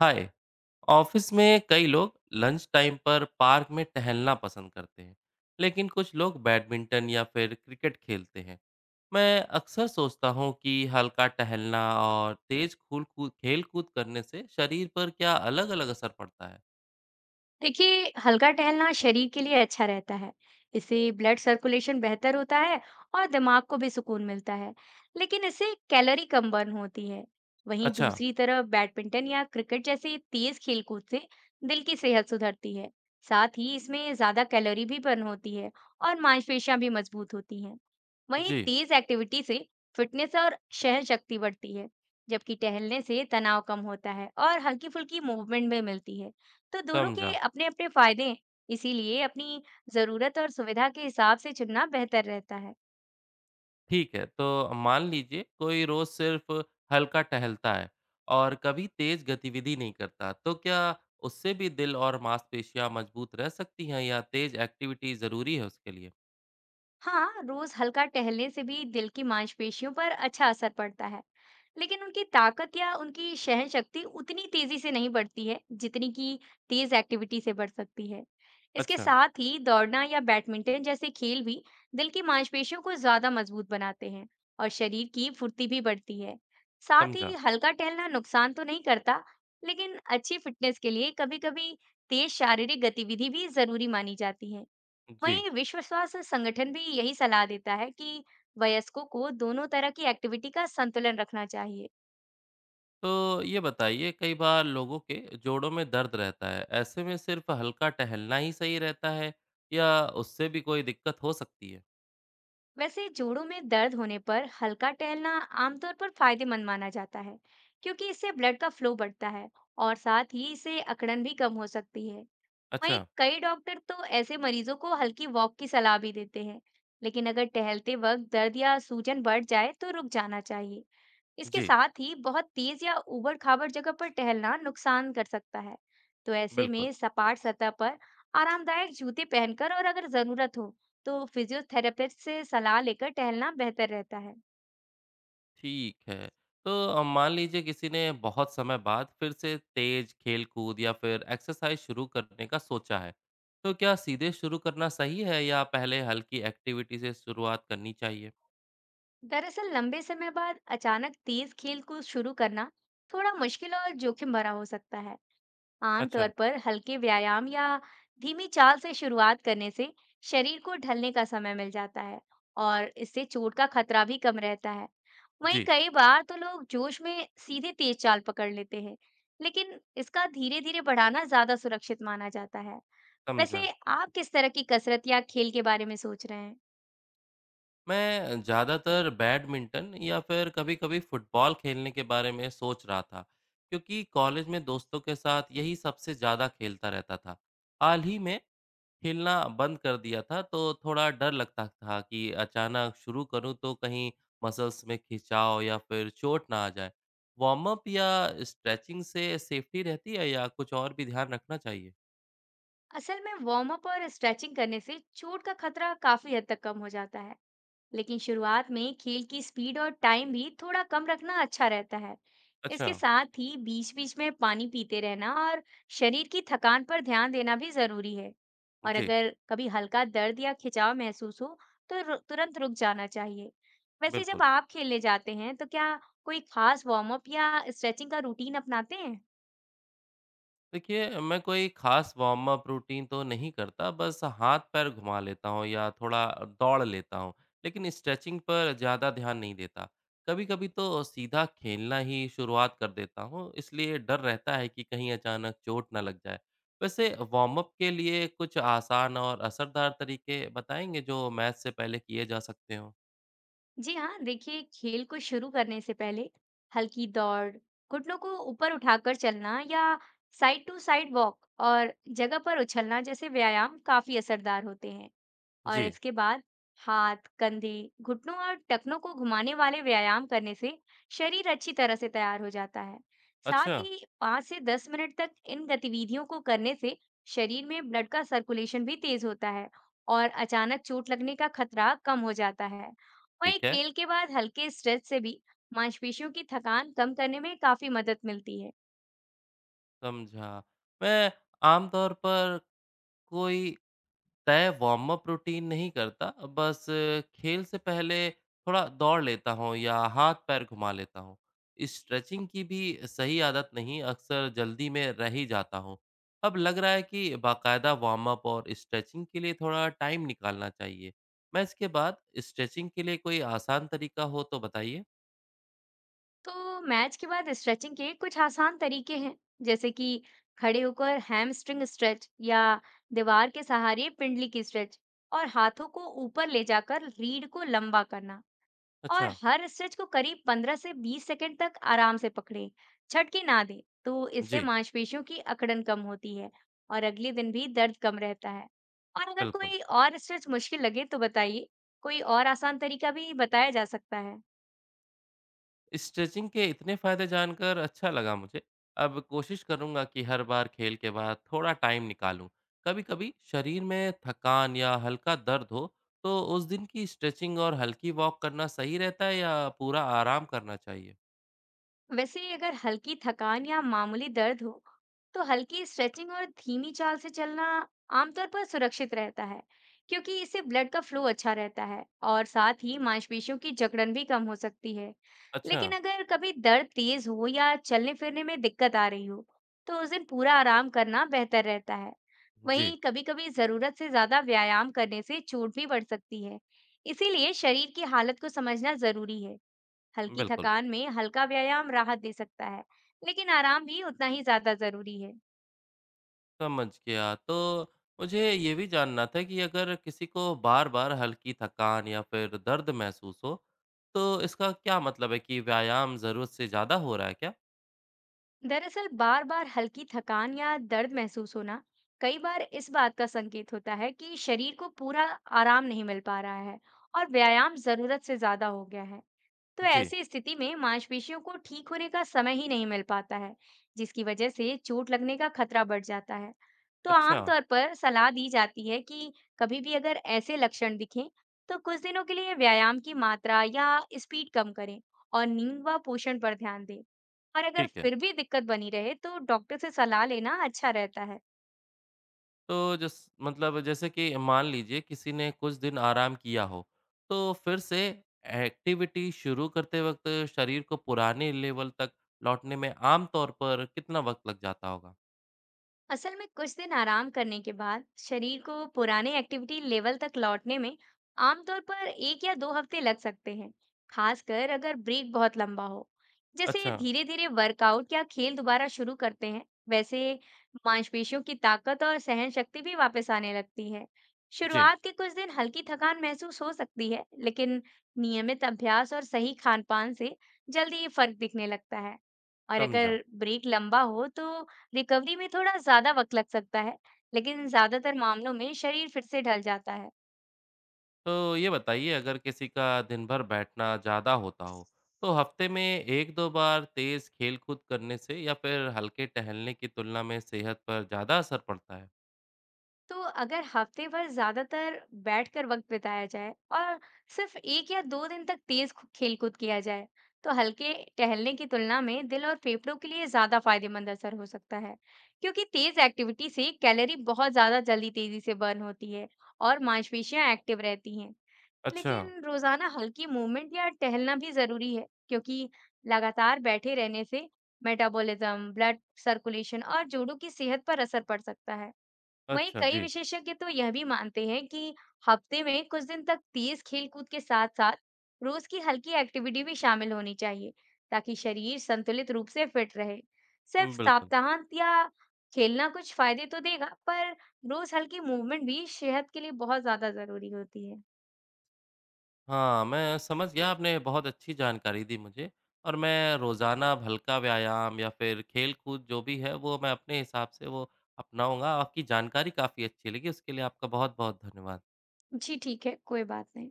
हाय। Office में कई लोग लंच टाइम पर पार्क में टहलना पसंद करते हैं। लेकिन कुछ लोग बैडमिंटन या फिर क्रिकेट खेलते हैं। मैं अक्सर सोचता हूँ कि हल्का टहलना और तेज खूल कूद खेल कूद करने से शरीर पर क्या अलग-अलग असर पड़ता है। देखिए, हल्का टहलना शरीर के लिए अच्छा रहता है। इससे ब्लड सर्कुलेशन बेहतर होता है और दिमाग को भी सुकून मिलता है। लेकिन इससे कैलोरी कम बर्न होती है। वहीं अच्छा। दूसरी तरफ बैडमिंटन या क्रिकेट जैसे तेज खेलकूद से दिल की सेहत सुधरती है। साथ ही इसमें ज्यादा कैलोरी भी बर्न होती है और मांसपेशियां भी मजबूत होती हैं। वहीं जी। तेज एक्टिविटी से फिटनेस और सहन शक्ति बढ़ती है, जबकि टहलने से तनाव कम होता है और हल्की फुल्की मूवमेंट भी मिलती है। तो दोनों के समझा। अपने-अपने फायदे हैं, इसीलिए अपनी ज़रूरत और सुविधा के हिसाब से चुनना बेहतर रहता है। ठीक है, तो मान लीजिए कोई रोज सिर्फ हल्का टहलता है और कभी तेज गतिविधि नहीं करता, तो क्या उससे भी दिल और मांसपेशियां मजबूत रह सकती हैं या तेज एक्टिविटी जरूरी है उसके लिए? हाँ, रोज हल्का टहलने से भी दिल की मांसपेशियों पर अच्छा असर पड़ता है, लेकिन उनकी ताकत या उनकी सहन शक्ति उतनी तेजी से नहीं बढ़ती है जितनी कि तेज एक्टिविटी से बढ़ सकती है। इसके अच्छा। साथ ही दौड़ना या बैडमिंटन जैसे खेल भी दिल की मांसपेशियों को ज्यादा मजबूत बनाते हैं और शरीर की फुर्ती भी बढ़ती है। साथ ही समझा। हल्का टहलना नुकसान तो नहीं करता, लेकिन अच्छी फिटनेस के लिए कभी-कभी तेज शारीरिक गतिविधि भी जरूरी मानी जाती है। जी। वहीं विश्व स्वास्थ्य संगठन भी यही सलाह देता है कि वयस्कों को दोनों तरह की एक्टिविटी का संतुलन रखना चाहिए। तो ये बताइए, कई बार लोगों के जोड़ों में दर्द रहता है, ऐसे में सिर्फ हल्का टहलना ही सही रहता है या उससे भी कोई दिक्कत हो सकती है? वैसे जोड़ों में दर्द होने पर हल्का टहलना आमतौर पर फायदेमंद माना जाता है, क्योंकि इससे ब्लड का फ्लो बढ़ता है और साथ ही इससे अकड़न भी कम हो सकती है। वहीं अच्छा। कई डॉक्टर तो ऐसे मरीजों को हल्की वॉक की सलाह भी देते हैं, लेकिन अगर टहलते वक्त दर्द या सूजन बढ़ जाए तो रुक जाना चाहिए। इसके जी। साथ ही बहुत तेज या ऊबड़ खाबड़ जगह पर टहलना नुकसान कर सकता है। तो ऐसे बिल्कुल। में सपाट सतह पर आरामदायक जूते पहनकर और अगर जरूरत हो तो फिजियोथेरेपिस्ट से सलाह लेकर टहलना बेहतर रहता है। ठीक है। तो मान लीजिए किसी ने बहुत समय बाद फिर से तेज खेल-कूद या फिर एक्सरसाइज शुरू करने का सोचा है। तो क्या सीधे शुरू करना सही है या पहले हल्की एक्टिविटी से शुरुआत करनी चाहिए? दरअसल लंबे समय बाद अचानक तेज खेल कूद शुरू करना थोड़ा मुश्किल और जोखिम भरा हो सकता है। आमतौर अच्छा, पर हल्के व्यायाम या धीमी चाल से शुरुआत करने से शरीर को ढलने का समय मिल जाता है और इससे चोट का खतरा भी कम रहता है। वहीं जी, कई बार तो लोग जोश में सीधे तेज चाल पकड़ लेते हैं, लेकिन इसका धीरे धीरे बढ़ाना ज्यादा सुरक्षित माना जाता है। समझा। वैसे आप किस तरह की कसरत या खेल के बारे में सोच रहे हैं? मैं ज़्यादातर बैडमिंटन या फिर कभी-कभी फुटबॉल खेलने के बारे में सोच रहा था, क्योंकि कॉलेज में दोस्तों के साथ यही सबसे ज़्यादा खेलता रहता था। हाल ही में खेलना बंद कर दिया था, तो थोड़ा डर लगता था कि अचानक शुरू करूं तो कहीं मसल्स में खिंचाव या फिर चोट ना आ जाए। वार्म अप या स्ट्रेचिंग से सेफ्टी रहती है या कुछ और भी ध्यान रखना चाहिए? असल में वार्म अप और स्ट्रेचिंग करने से चोट का खतरा काफी हद तक कम हो जाता है, लेकिन शुरुआत में खेल की स्पीड और टाइम भी थोड़ा कम रखना अच्छा रहता है। अच्छा। इसके साथ ही बीच-बीच में पानी पीते रहना और शरीर की थकान पर ध्यान देना भी जरूरी है। और जी। अगर कभी हल्का दर्द या खिंचाव महसूस हो, तो तुरंत रुक जाना चाहिए। वैसे जब बिल्कुल। आप खेलने जाते हैं, तो क्या कोई खास वार्म अप या स्ट्रेचिंग का रूटीन अपनाते हैं? देखिए, मैं कोई ख़ास वार्म अप रूटीन तो नहीं करता, बस हाथ-पैर घुमा लेता हूँ या थोड़ा दौड़ लेता हूँ, लेकिन स्ट्रेचिंग पर ज़्यादा ध्यान नहीं देता। कभी-कभी तो सीधा खेलना ही शुरुआत कर देता हूँ, इसलिए डर रहता है कि कहीं अचानक चोट ना लग जाए। वैसे वार्म अप के लिए कुछ आसान और असरदार तरीके बताएँगे, जो मैच से पहले किए जा सकते हों? जी हाँ, देखिए खेल को शुरू करने से पहले हल्की दौड़, घुटनों को ऊपर उठाकर चलना या साइड टू साइड वॉक और जगह पर उछलना जैसे व्यायाम काफी असरदार होते हैं। और जी, इसके बाद हाथ, कंधे, घुटनों और टखनों को घुमाने वाले व्यायाम करने से शरीर अच्छी तरह से तैयार हो जाता है। साथ अच्छा, ही 5 से 10 मिनट तक इन गतिविधियों को करने से शरीर में ब्लड का सर्कुलेशन भी तेज होता है और अचानक चोट लगने का खतरा कम हो जाता है। वहीं ठीक है, खेल के बाद हल्के स्ट्रेच से भी मांसपेशियों की थकान कम करने में काफी मदद मिलती है। समझा। मैं आमतौर पर कोई तय वार्म अप रूटीन नहीं करता, बस खेल से पहले थोड़ा दौड़ लेता हूँ या हाथ-पैर घुमा लेता हूँ। स्ट्रेचिंग की भी सही आदत नहीं, अक्सर जल्दी में रह ही जाता हूँ। अब लग रहा है कि बाकायदा वार्म अप और स्ट्रेचिंग के लिए थोड़ा टाइम निकालना चाहिए। मैं इसके बाद स्ट्रेचिंग के लिए कोई आसान तरीका हो तो बताइए? तो मैच के बाद स्ट्रेचिंग के कुछ आसान तरीके हैं, जैसे कि खड़े होकर हैमस्ट्रिंग स्ट्रेच या दीवार के सहारे पिंडली की स्ट्रेच और हाथों को ऊपर ले जाकर रीढ़ को लंबा करना। और अच्छा, हर स्ट्रेच को करीब 15 से 20 सेकंड तक आराम से पकड़े, झटके ना दे, तो इससे जी, मांसपेशियों की अकड़न कम होती है और अगले दिन भी दर्द कम रहता है। और अगर बिल्कुल। कोई और स्ट्रेच मुश्किल लगे तो बताइए, कोई और आसान तरीका भी बताया जा सकता है। स्ट्रेचिंग के इतने फायदे जानकर अच्छा लगा मुझे। अब कोशिश करूंगा कि हर बार खेल के बाद थोड़ा टाइम निकालूं। कभी-कभी शरीर में थकान या हल्का दर्द हो, तो उस दिन की स्ट्रेचिंग और हल्की वॉक करना सही रहता है या पूरा आराम करना चाहिए? वैसे अगर हल्की थकान या मामूली दर्द हो, तो हल्की स्ट्रेचिंग और धीमी चाल से चलना आमतौर पर सुरक्षित रहता है, क्योंकि इससे ब्लड का फ्लो अच्छा रहता है और साथ ही मांसपेशियों की जकड़न भी कम हो सकती है। अच्छा, लेकिन अगर कभी दर्द तेज हो या चलने फिरने में दिक्कत आ रही हो, तो उस दिन पूरा आराम करना बेहतर रहता है। जी, वहीं कभी-कभी जरूरत से ज्यादा व्यायाम करने से चोट भी बढ़ सकती है। इसीलिए शरीर की हालत को समझना जरूरी है। हल्की बिल्कुल, थकान में हल्का व्यायाम राहत दे सकता है, लेकिन आराम भी उतना ही ज्यादा जरूरी है। समझ गया। तो मुझे ये भी जानना था कि अगर किसी को बार-बार हल्की थकान या फिर दर्द महसूस हो, तो इसका क्या मतलब है, कि व्यायाम ज़रूरत से ज़्यादा हो रहा है क्या? दरअसल बार-बार हल्की थकान या दर्द महसूस होना कई बार इस बात का संकेत होता है कि शरीर को पूरा आराम नहीं मिल पा रहा है और व्यायाम जरूरत से ज्यादा हो गया है। तो जी, ऐसी स्थिति में मांसपेशियों को ठीक होने का समय ही नहीं मिल पाता है, जिसकी वजह से चोट लगने का खतरा बढ़ जाता है। तो अच्छा। आमतौर पर सलाह दी जाती है कि कभी भी अगर ऐसे लक्षण दिखें, तो कुछ दिनों के लिए व्यायाम की मात्रा या स्पीड कम करें और नींद व पोषण पर ध्यान दें। और अगर ठीक है। फिर भी दिक्कत बनी रहे, तो डॉक्टर से सलाह लेना अच्छा रहता है। तो जिस मतलब, जैसे कि मान लीजिए किसी ने कुछ दिन आराम किया हो, तो फिर से एक्टिविटी शुरू करते वक़्त शरीर को पुराने लेवल तक लौटने में आम तौर पर कितना वक़्त लग जाता होगा? असल में कुछ दिन आराम करने के बाद शरीर को पुराने एक्टिविटी लेवल तक लौटने में आमतौर पर एक या दो हफ्ते लग सकते हैं, खासकर अगर ब्रेक बहुत लंबा हो। जैसे अच्छा, धीरे धीरे वर्कआउट या खेल दोबारा शुरू करते हैं, वैसे मांसपेशियों की ताकत और सहन शक्ति भी वापस आने लगती है। जी, शुरुआत के कुछ दिन हल्की थकान महसूस हो सकती है, लेकिन नियमित अभ्यास और सही खान पान से जल्दी ये फर्क दिखने लगता है। और समझा। अगर ब्रेक लंबा हो तो रिकवरी में थोड़ा ज्यादा वक्त लग सकता है, लेकिन ज्यादातर मामलों में शरीर फिर से ढल जाता है। तो ये बताइए, अगर किसी का दिन भर बैठना ज़्यादा होता हो, तो हफ़्ते में 1-2 बार तेज़ खेल-कूद करने से या फिर हल्के टहलने की तुलना में सेहत पर ज़्यादा असर पड़ता है? तो अगर हफ्ते भर ज्यादातर बैठकर वक्त बिताया जाए और सिर्फ एक या दो दिन तक तेज खेलकूद किया जाए, तो हल्के टहलने की तुलना में दिल और फेफड़ों के लिए ज्यादा फायदेमंद असर हो सकता है, क्योंकि तेज एक्टिविटी से कैलोरी बहुत ज्यादा जल्दी तेजी से बर्न होती है और मांसपेशियां एक्टिव रहती हैं। अच्छा, लेकिन रोजाना हल्की मूवमेंट या टहलना भी जरूरी है, क्योंकि लगातार बैठे रहने से मेटाबॉलिज्म, ब्लड सर्कुलेशन और जोड़ों की सेहत पर असर पड़ सकता है। वहीं अच्छा, कई जी, विशेषज्ञ तो यह भी मानते हैं कि हफ्ते में कुछ दिन तक तेज खेलकूद के साथ साथ रोज की हल्की एक्टिविटी भी शामिल होनी चाहिए, ताकि शरीर संतुलित रूप से फिट रहे। सिर्फ बिल्कुल। सप्ताहांत या खेलना कुछ फायदे तो देगा, पर रोज हल्की मूवमेंट भी सेहत के लिए बहुत ज्यादा जरूरी होती है। हाँ, मैं समझ गया, आपने बहुत अच्छी जानकारी दी मुझे, और मैं रोज़ाना अब हल्का व्यायाम या फिर खेल-कूद जो भी है वो मैं अपने हिसाब से वो अपनाऊँगा। आपकी जानकारी काफ़ी अच्छी लगी, उसके लिए आपका बहुत-बहुत धन्यवाद। जी ठीक है, कोई बात नहीं।